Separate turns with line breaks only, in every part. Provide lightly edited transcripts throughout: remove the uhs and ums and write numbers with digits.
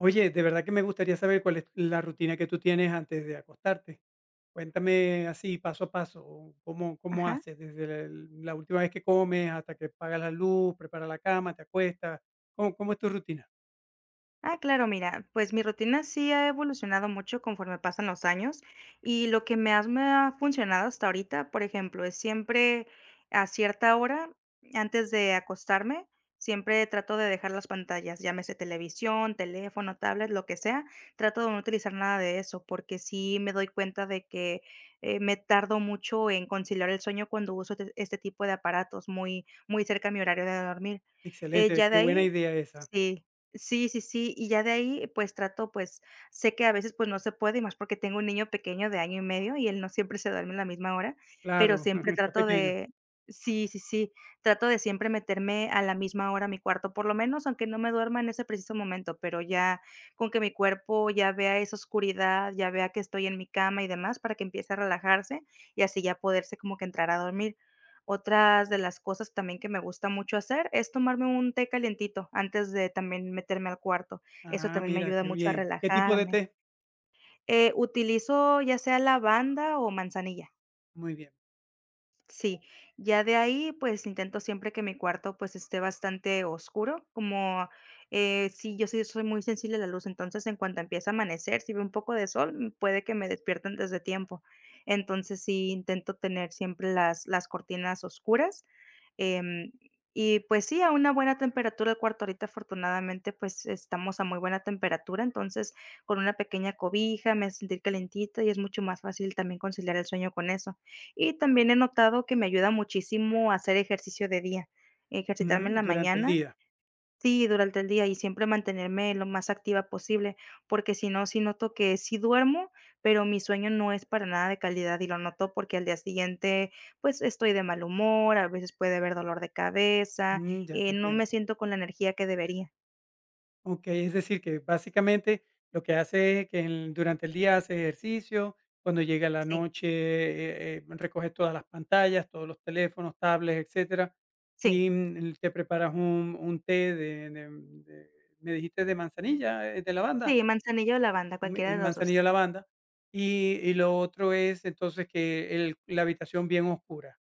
Oye, de verdad que me gustaría saber cuál es la rutina que tú tienes antes de acostarte. Cuéntame así, paso a paso, cómo
Ajá.
haces desde la última vez que comes hasta que apagas la luz, preparas la cama, te acuestas. ¿Cómo es tu rutina?
Ah, claro, mira, pues mi rutina sí ha evolucionado mucho conforme pasan los años y lo que más me ha funcionado hasta ahorita, por ejemplo, es siempre a cierta hora, antes de acostarme, siempre trato de dejar las pantallas, llámese televisión, teléfono, tablet, lo que sea. Trato de no utilizar nada de eso porque sí me doy cuenta de que me tardo mucho en conciliar el sueño cuando uso este tipo de aparatos muy, muy cerca a mi horario de dormir.
Excelente,
Ya de
qué buena
ahí,
idea esa.
sí. Sí, sí, sí, y ya de ahí, pues, trato, pues, sé que a veces, pues, no se puede, y más porque tengo un niño pequeño de año y medio, y él no siempre se duerme a la misma hora, pero
Claro,
siempre
está
trato
pequeño.
de sí, sí, sí, trato de siempre meterme a la misma hora a mi cuarto, por lo menos, aunque no me duerma en ese preciso momento, pero ya con que mi cuerpo ya vea esa oscuridad, ya vea que estoy en mi cama y demás, para que empiece a relajarse, y así ya poderse como que entrar a dormir. Otras de las cosas también que me gusta mucho hacer es tomarme un té calientito antes de también meterme al cuarto. Eso
Ah,
también me
mira,
ayuda
qué
mucho a
bien. ¿Qué tipo de
relajarme.
té?
Utilizo ya sea lavanda o manzanilla.
Muy bien.
Sí, ya de ahí, pues intento siempre que mi cuarto pues esté bastante oscuro, como sí, yo sí soy muy sensible a la luz, entonces en cuanto empieza a amanecer, si veo un poco de sol, puede que me despierten desde tiempo. Entonces sí intento tener siempre las cortinas oscuras. em, y pues sí, a una buena temperatura el cuarto. Ahorita afortunadamente pues estamos a muy buena temperatura, entonces con una pequeña cobija me hace sentir calentita y es mucho más fácil también conciliar el sueño con eso. Y también he notado que me ayuda muchísimo a hacer ejercicio de día, ejercitarme en
Mm,
la
durante el
mañana,
día.
sí, durante el día y siempre mantenerme lo más activa posible, porque si no, sí noto que sí duermo, pero mi sueño no es para nada de calidad y lo noto porque al día siguiente, pues estoy de mal humor, a veces puede haber dolor de cabeza,
Mm, ya te
no me
entiendo.
siento con la energía que debería.
Okey, es decir, que básicamente lo que hace es que en durante el día hace ejercicio, cuando llega la
Sí,
noche, recoge todas las pantallas, todos los teléfonos, tablets, etcétera,
sí,
y, mm, te preparas un té de me dijiste de manzanilla, de lavanda,
sí, manzanilla o lavanda,
o mi
cualquiera de los 2.
manzanilla lavanda, y lo otro es entonces que el la habitación bien oscura.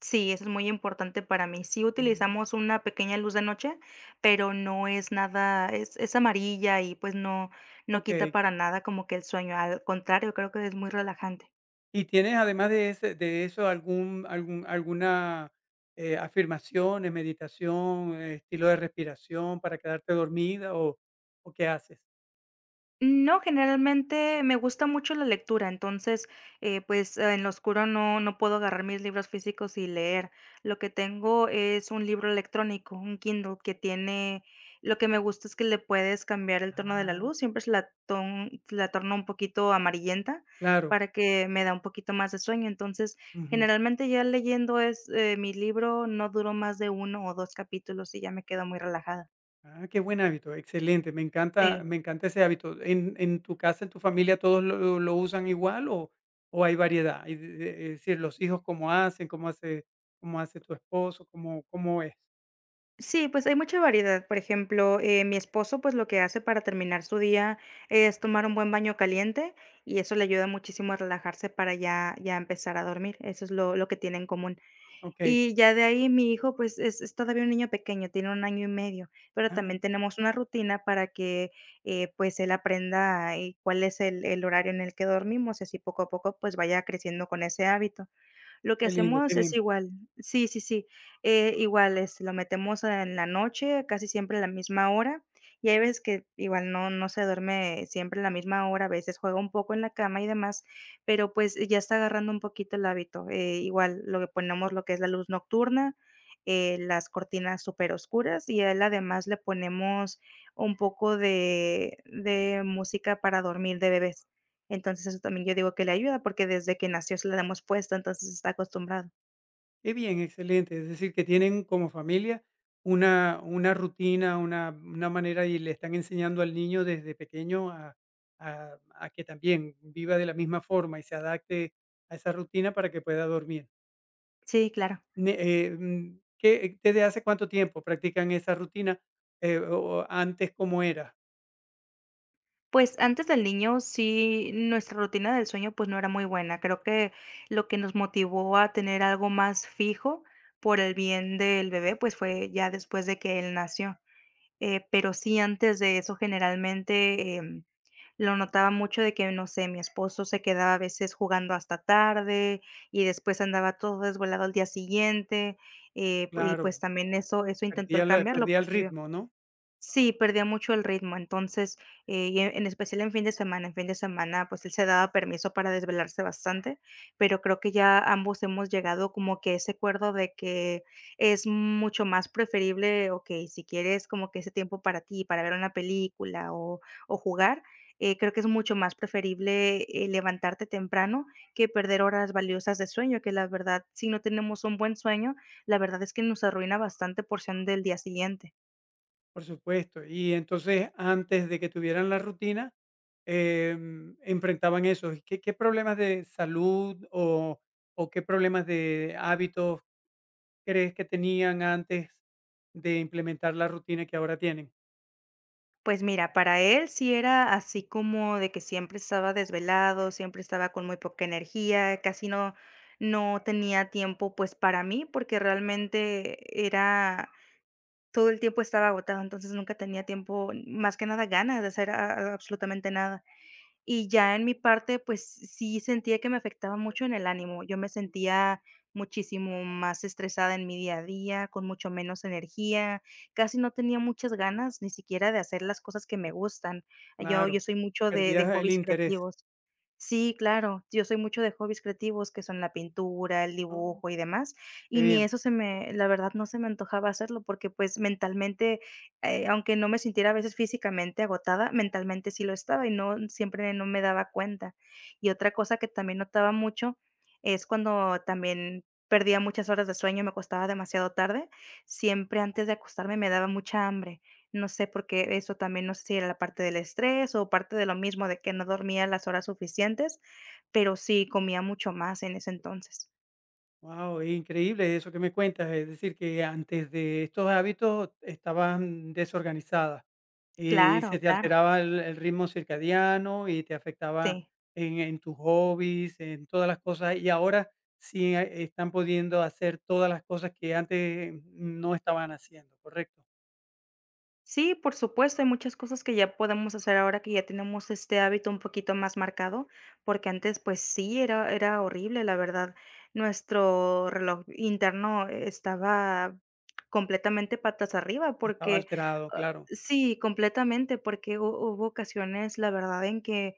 Sí, eso es muy importante para mí. Sí
Mm,
utilizamos una pequeña luz de noche, pero no es nada, es amarilla y pues no, no quita
okey.
para nada como que el sueño. Al contrario, creo que es muy relajante.
¿Y tienes además de ese de eso algún alguna, afirmaciones, meditación, estilo de respiración para quedarte dormida o qué haces?
No, generalmente me gusta mucho la lectura. Entonces, en lo oscuro no puedo agarrar mis libros físicos y leer. Lo que tengo es un libro electrónico, un Kindle que tiene lo que me gusta es que le puedes cambiar el tono de la
Ah.
luz, siempre se la ton la torno un poquito amarillenta
Claro,
para que me da un poquito más de sueño. Entonces,
ujú.
generalmente ya leyendo es, mi libro no duró más de uno o 2 capítulos y ya me quedo muy relajada.
Ah, qué buen hábito, excelente, me encanta
Sí.
me encanta ese hábito. En tu casa, en tu familia todos lo usan igual o hay variedad? Es decir, los hijos, ¿cómo hacen? ¿Cómo hace tu esposo? ¿Cómo es?
Sí, pues hay mucha variedad. Por ejemplo, mi esposo, pues lo que hace para terminar su día es tomar un buen baño caliente y eso le ayuda muchísimo a relajarse para ya, ya empezar a dormir. Eso es lo que tiene en común.
Okey.
Y ya de ahí mi hijo, pues es todavía un niño pequeño, tiene un año y medio, pero
Ah,
también tenemos una rutina para que pues él aprenda cuál es el horario en el que dormimos y así poco a poco pues vaya creciendo con ese hábito. Lo que
qué lindo, qué
hacemos es
bien.
igual, sí, sí, sí, igual, este, lo metemos en la noche, casi siempre a la misma hora, y hay veces que igual no se duerme siempre a la misma hora, a veces juega un poco en la cama y demás, pero, pues, ya está agarrando un poquito el hábito. Igual lo que ponemos lo que es la luz nocturna, las cortinas superoscuras, y a él además le ponemos un poco de música para dormir de bebés. Entonces, eso también yo digo que le ayuda, porque desde que nació se la hemos puesto, entonces está acostumbrado.
Qué bien, excelente. Es decir, que tienen como familia una rutina, una manera y le están enseñando al niño desde pequeño a, a que también viva de la misma forma y se adapte a esa rutina para que pueda dormir.
Sí, claro.
¿Desde hace cuánto tiempo practican esa rutina? O antes, ¿cómo era?
Pues antes del niño, sí, nuestra rutina del sueño, pues no era muy buena. Creo que lo que nos motivó a tener algo más fijo por el bien del bebé, pues fue ya después de que él nació. Pero sí, antes de eso, generalmente, lo notaba mucho de que, no sé, mi esposo se quedaba a veces jugando hasta tarde y después andaba todo desvelado al día siguiente, y pues
Claro,
también eso intentó el cambiarlo
perdía el
porque vio.
ritmo, ¿no?
Sí, perdía mucho el ritmo. Entonces, y en especial en fin de semana, en fin de semana, pues él se daba permiso para desvelarse bastante, pero creo que ya ambos hemos llegado como que a ese acuerdo de que es mucho más preferible, ok, si quieres como que ese tiempo para ti, para ver una película o jugar. Creo que es mucho más preferible levantarte temprano que perder horas valiosas de sueño, que la verdad, si no tenemos un buen sueño, la verdad es que nos arruina bastante porción del día siguiente.
Por supuesto. Y entonces, antes de que tuvieran la rutina, em, enfrentaban eso. ¿Qué, qué problemas de salud o qué problemas de hábitos crees que tenían antes de implementar la rutina que ahora tienen?
Pues mira, para él sí era así como de que siempre estaba desvelado, siempre estaba con muy poca energía, casi no tenía tiempo, pues, para mí, porque realmente era todo el tiempo estaba agotado, entonces nunca tenía tiempo, más que nada ganas de hacer a absolutamente nada. Y ya en mi parte, pues sí sentía que me afectaba mucho en el ánimo. Yo me sentía muchísimo más estresada en mi día a día, con mucho menos energía, casi no tenía muchas ganas ni siquiera de hacer las cosas que me gustan. Yo
Claro,
yo soy mucho de
perdías el
hobbies
interés.
creativos. Sí, claro. Yo soy mucho de hobbies creativos, que son la pintura, el
Ah,
dibujo y demás,
qué
y ni
bien.
eso se me la verdad, no se me antojaba hacerlo porque, pues, mentalmente, aunque no me sintiera a veces físicamente agotada, mentalmente sí lo estaba y no siempre no me daba cuenta. Y otra cosa que también notaba mucho es cuando también perdía muchas horas de sueño, me acostaba demasiado tarde, siempre antes de acostarme me daba mucha hambre. No sé, porque eso también, no sé si era la parte del estrés o parte de lo mismo de que no dormía las horas suficientes, pero sí comía mucho más en ese entonces.
Wow, increíble eso que me cuentas. Es decir, que antes de estos hábitos estaban desorganizadas y
Claro,
se te
claro.
alteraba el ritmo circadiano y te afectaba
Sí.
en tus hobbies, en todas las cosas. Y ahora sí están pudiendo hacer todas las cosas que antes no estaban haciendo, ¿correcto?
Sí, por supuesto, hay muchas cosas que ya podemos hacer ahora que ya tenemos este hábito un poquito más marcado, porque antes pues sí, era, era horrible, la verdad. Nuestro reloj interno estaba completamente patas arriba,
Estaba
porque
alterado,
ah,
claro.
sí, completamente, porque hubo ocasiones, la verdad, en que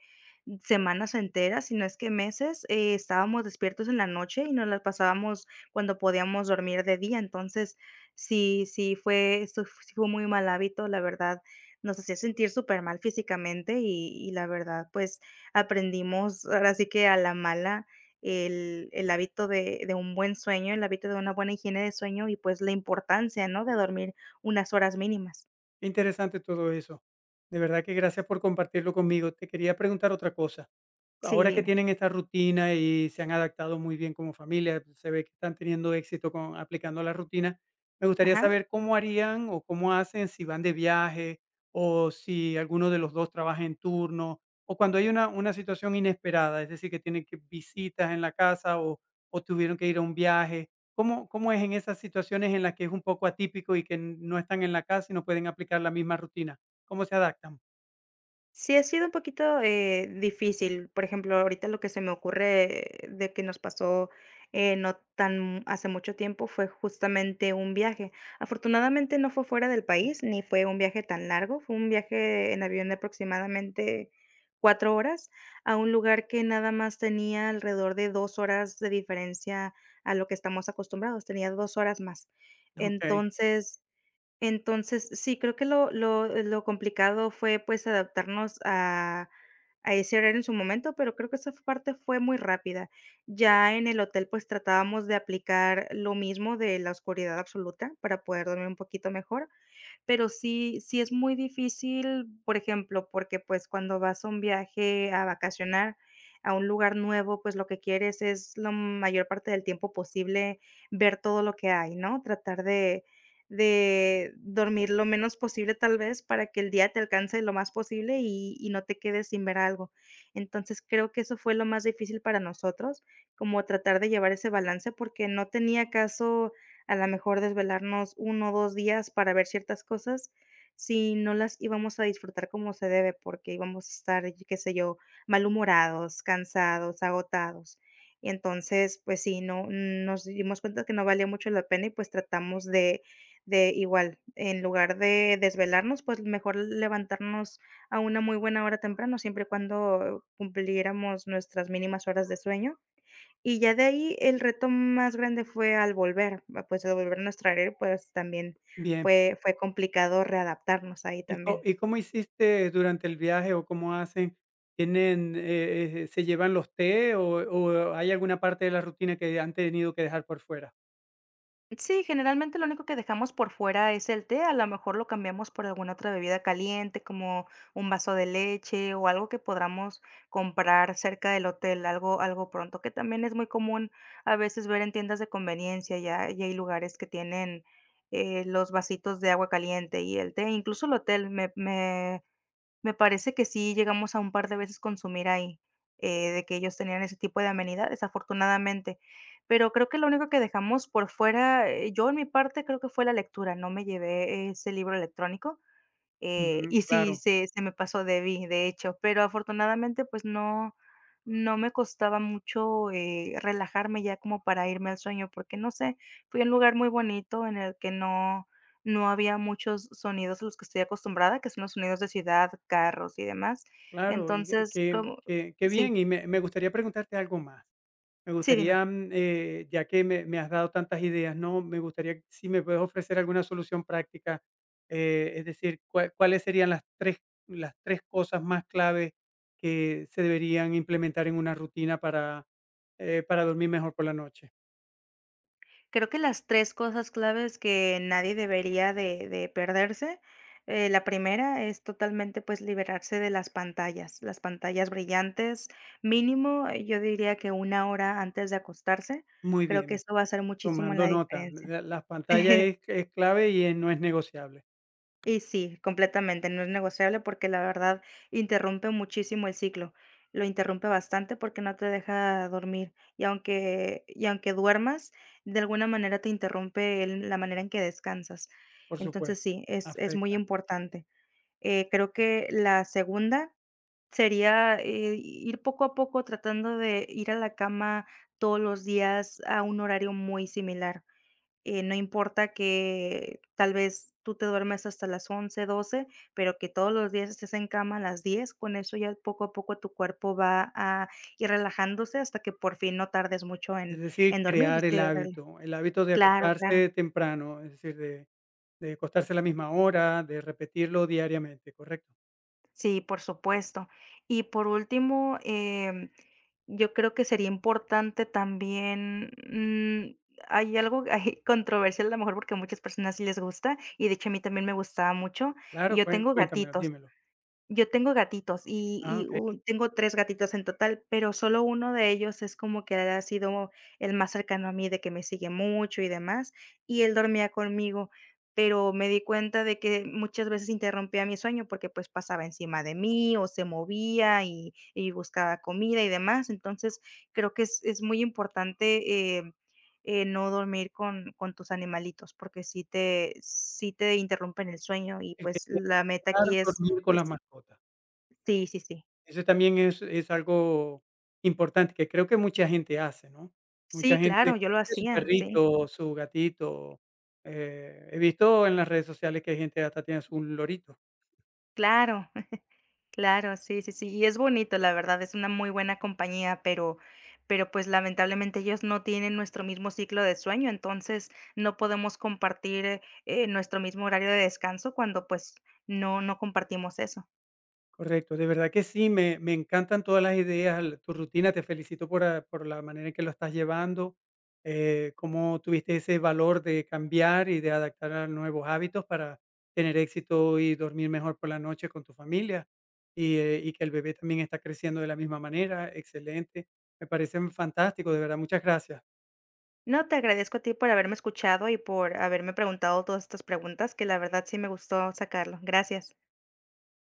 semanas enteras, si no es que meses, estábamos despiertos en la noche y nos las pasábamos cuando podíamos dormir de día. Entonces, sí, sí, fue eso f sí fue un muy mal hábito, la verdad, nos hacía sentir súper mal físicamente y la verdad, pues, aprendimos ahora sí que a la mala el hábito de un buen sueño, el hábito de una buena higiene de sueño y, pues, la importancia, ¿no?, de dormir unas horas mínimas.
Interesante todo eso. De verdad que gracias por compartirlo conmigo. Te quería preguntar otra cosa.
Sí,
Ahora que
dime.
tienen esta rutina y se han adaptado muy bien como familia, se ve que están teniendo éxito con aplicando la rutina. Me gustaría
Ajá.
saber cómo harían o cómo hacen si van de viaje o si alguno de los 2 trabaja en turno o cuando hay una situación inesperada, es decir, que tienen que visitas en la casa o tuvieron que ir a un viaje. ¿Cómo es en esas situaciones en las que es un poco atípico y que no están en la casa y no pueden aplicar la misma rutina? ¿Cómo se adaptan?
Sí, ha sido un poquito, difícil. Por ejemplo, ahorita lo que se me ocurre de que nos pasó, no tan hace mucho tiempo fue justamente un viaje. Afortunadamente no fue fuera del país, ni fue un viaje tan largo, fue un viaje en avión de aproximadamente 4 horas a un lugar que nada más tenía alrededor de 2 horas de diferencia a lo que estamos acostumbrados, tenía 2 horas más.
Okey,
Entonces entonces, sí, creo que lo complicado fue, pues, adaptarnos a ese horario en su momento, pero creo que esa parte fue muy rápida. Ya en el hotel, pues, tratábamos de aplicar lo mismo de la oscuridad absoluta para poder dormir un poquito mejor, pero sí es muy difícil, por ejemplo, porque, pues, cuando vas a un viaje a vacacionar a un lugar nuevo, pues, lo que quieres es la mayor parte del tiempo posible ver todo lo que hay, ¿no? Tratar de dormir lo menos posible, tal vez, para que el día te alcance lo más posible y no te quedes sin ver algo. Entonces, creo que eso fue lo más difícil para nosotros, como tratar de llevar ese balance, porque no tenía caso a la mejor desvelarnos 1 o 2 días para ver ciertas cosas, si no las íbamos a disfrutar como se debe, porque íbamos a estar, qué sé yo, malhumorados, cansados, agotados. Entonces, pues sí, no nos dimos cuenta que no valía mucho la pena y, pues, tratamos de igual, en lugar de desvelarnos, pues, mejor levantarnos a una muy buena hora temprano, siempre y cuando cumpliéramos nuestras mínimas horas de sueño, y ya de ahí, el reto más grande fue al volver, va, pues, al volver a nuestra área, pues, también
bien.
fue complicado readaptarnos ahí
¿Y co
también.
y cómo hiciste durante el viaje o cómo hacen? ¿Tienen, se llevan los té o hay alguna parte de la rutina que han tenido que dejar por fuera?
Sí, generalmente lo único que dejamos por fuera es el té, a lo mejor lo cambiamos por alguna otra bebida caliente, como un vaso de leche o algo que podamos comprar cerca del hotel, algo pronto, que también es muy común a veces ver en tiendas de conveniencia, ya hay lugares que tienen, los vasitos de agua caliente y el té, incluso el hotel me parece que sí llegamos a un par de veces consumir ahí, de que ellos tenían ese tipo de amenidades, afortunadamente. Pero creo que lo único que dejamos por fuera, yo en mi parte creo que fue la lectura, no me llevé ese libro electrónico,
Ujú,
y sí,
claro.
se me pasó, debí, de hecho, pero afortunadamente, pues no me costaba mucho, relajarme ya como para irme al sueño, porque no sé, fui a un lugar muy bonito en el que no había muchos sonidos a los que estoy acostumbrada, que son los sonidos de ciudad, carros y demás.
Claro, y que
Entonces,
que
como
que que
sí,
bien, y me gustaría preguntarte algo más. Me
sí, dime.
gustaría, mm, ya que me has dado tantas ideas, ¿no? Me gustaría si me puedes ofrecer alguna solución práctica, es decir, ¿cuáles serían las tres cosas más clave que se deberían implementar en una rutina para dormir mejor por la noche?
Creo que las 3 cosas claves que nadie debería de perderse, la primera es totalmente, pues, liberarse de las pantallas brillantes, mínimo, yo diría que una hora antes de acostarse,
Muy
creo que
bien,
eso va a hacer muchísimo la
tomando nota.
diferencia.
La Las pantallas es es clave y, no es negociable,
Y sí, completamente, no es negociable porque la verdad interrumpe muchísimo el ciclo, lo interrumpe bastante porque no te deja dormir y aunque duermas, de alguna manera te interrumpe el la manera en que descansas.
por
Entonces
supuesto,
sí, es muy
afecta.
importante. Creo que la segunda sería, ir poco a poco tratando de ir a la cama todos los días a un horario muy similar. No importa que tal vez tú te duermes hasta las 11, 12 pero que todos los días estés en cama a las 10. Con eso ya poco a poco tu cuerpo va a ir relajándose hasta que por fin no tardes mucho
Es decir,
en dormir y
crear
se rela
el hábito de
claro, claro.
acostarse temprano, es decir, de acostarse a la misma hora, de repetirlo diariamente, ¿correcto?
Sí, por supuesto. Y por último, yo creo que sería importante también, mm, hay algo ahí controversial, a lo mejor porque a muchas personas sí les gusta, y de hecho a mí también me gustaba mucho, y
Claro,
yo
cuen
tengo
cuéntamelo,
gatitos.
dímelo.
Yo tengo gatitos
Ah,
y
okey.
u tengo 3 gatitos en total, pero solo uno de ellos es como que ha sido el más cercano a mí, de que me sigue mucho y demás, y él dormía conmigo, pero me di cuenta de que muchas veces interrumpía mi sueño porque, pues, pasaba encima de mí o se movía y buscaba comida y demás. Entonces, creo que es muy importante, no dormir con tus animalitos, porque si te sí te interrumpen el sueño y,
El que
pues, la meta
evitar
aquí es
dormir con las mascotas.
sí, sí, sí.
Eso también es algo importante que creo que mucha gente hace, ¿no? Mucha
Sí,
gente
claro, yo lo
tiene su
hacía, sí.
perrito, su gatito, he visto en las redes sociales que hay gente hasta tiene su lorito.
Claro, claro, sí, sí, sí. Y es bonito, la verdad, es una muy buena compañía, pero, pues, lamentablemente ellos no tienen nuestro mismo ciclo de sueño, entonces, no podemos compartir, nuestro mismo horario de descanso cuando, pues, no compartimos eso.
Correcto, de verdad que sí, me encantan todas las ideas, tu rutina, te felicito por, ah, por la manera en que lo estás llevando, cómo tuviste ese valor de cambiar y de adaptar a nuevos hábitos para tener éxito y dormir mejor por la noche con tu familia y que el bebé también está creciendo de la misma manera, excelente, me parecen fantásticos, de verdad, muchas gracias.
No, te agradezco a ti por haberme escuchado y por haberme preguntado todas estas preguntas, que la verdad sí me gustó sacarlo. Gracias.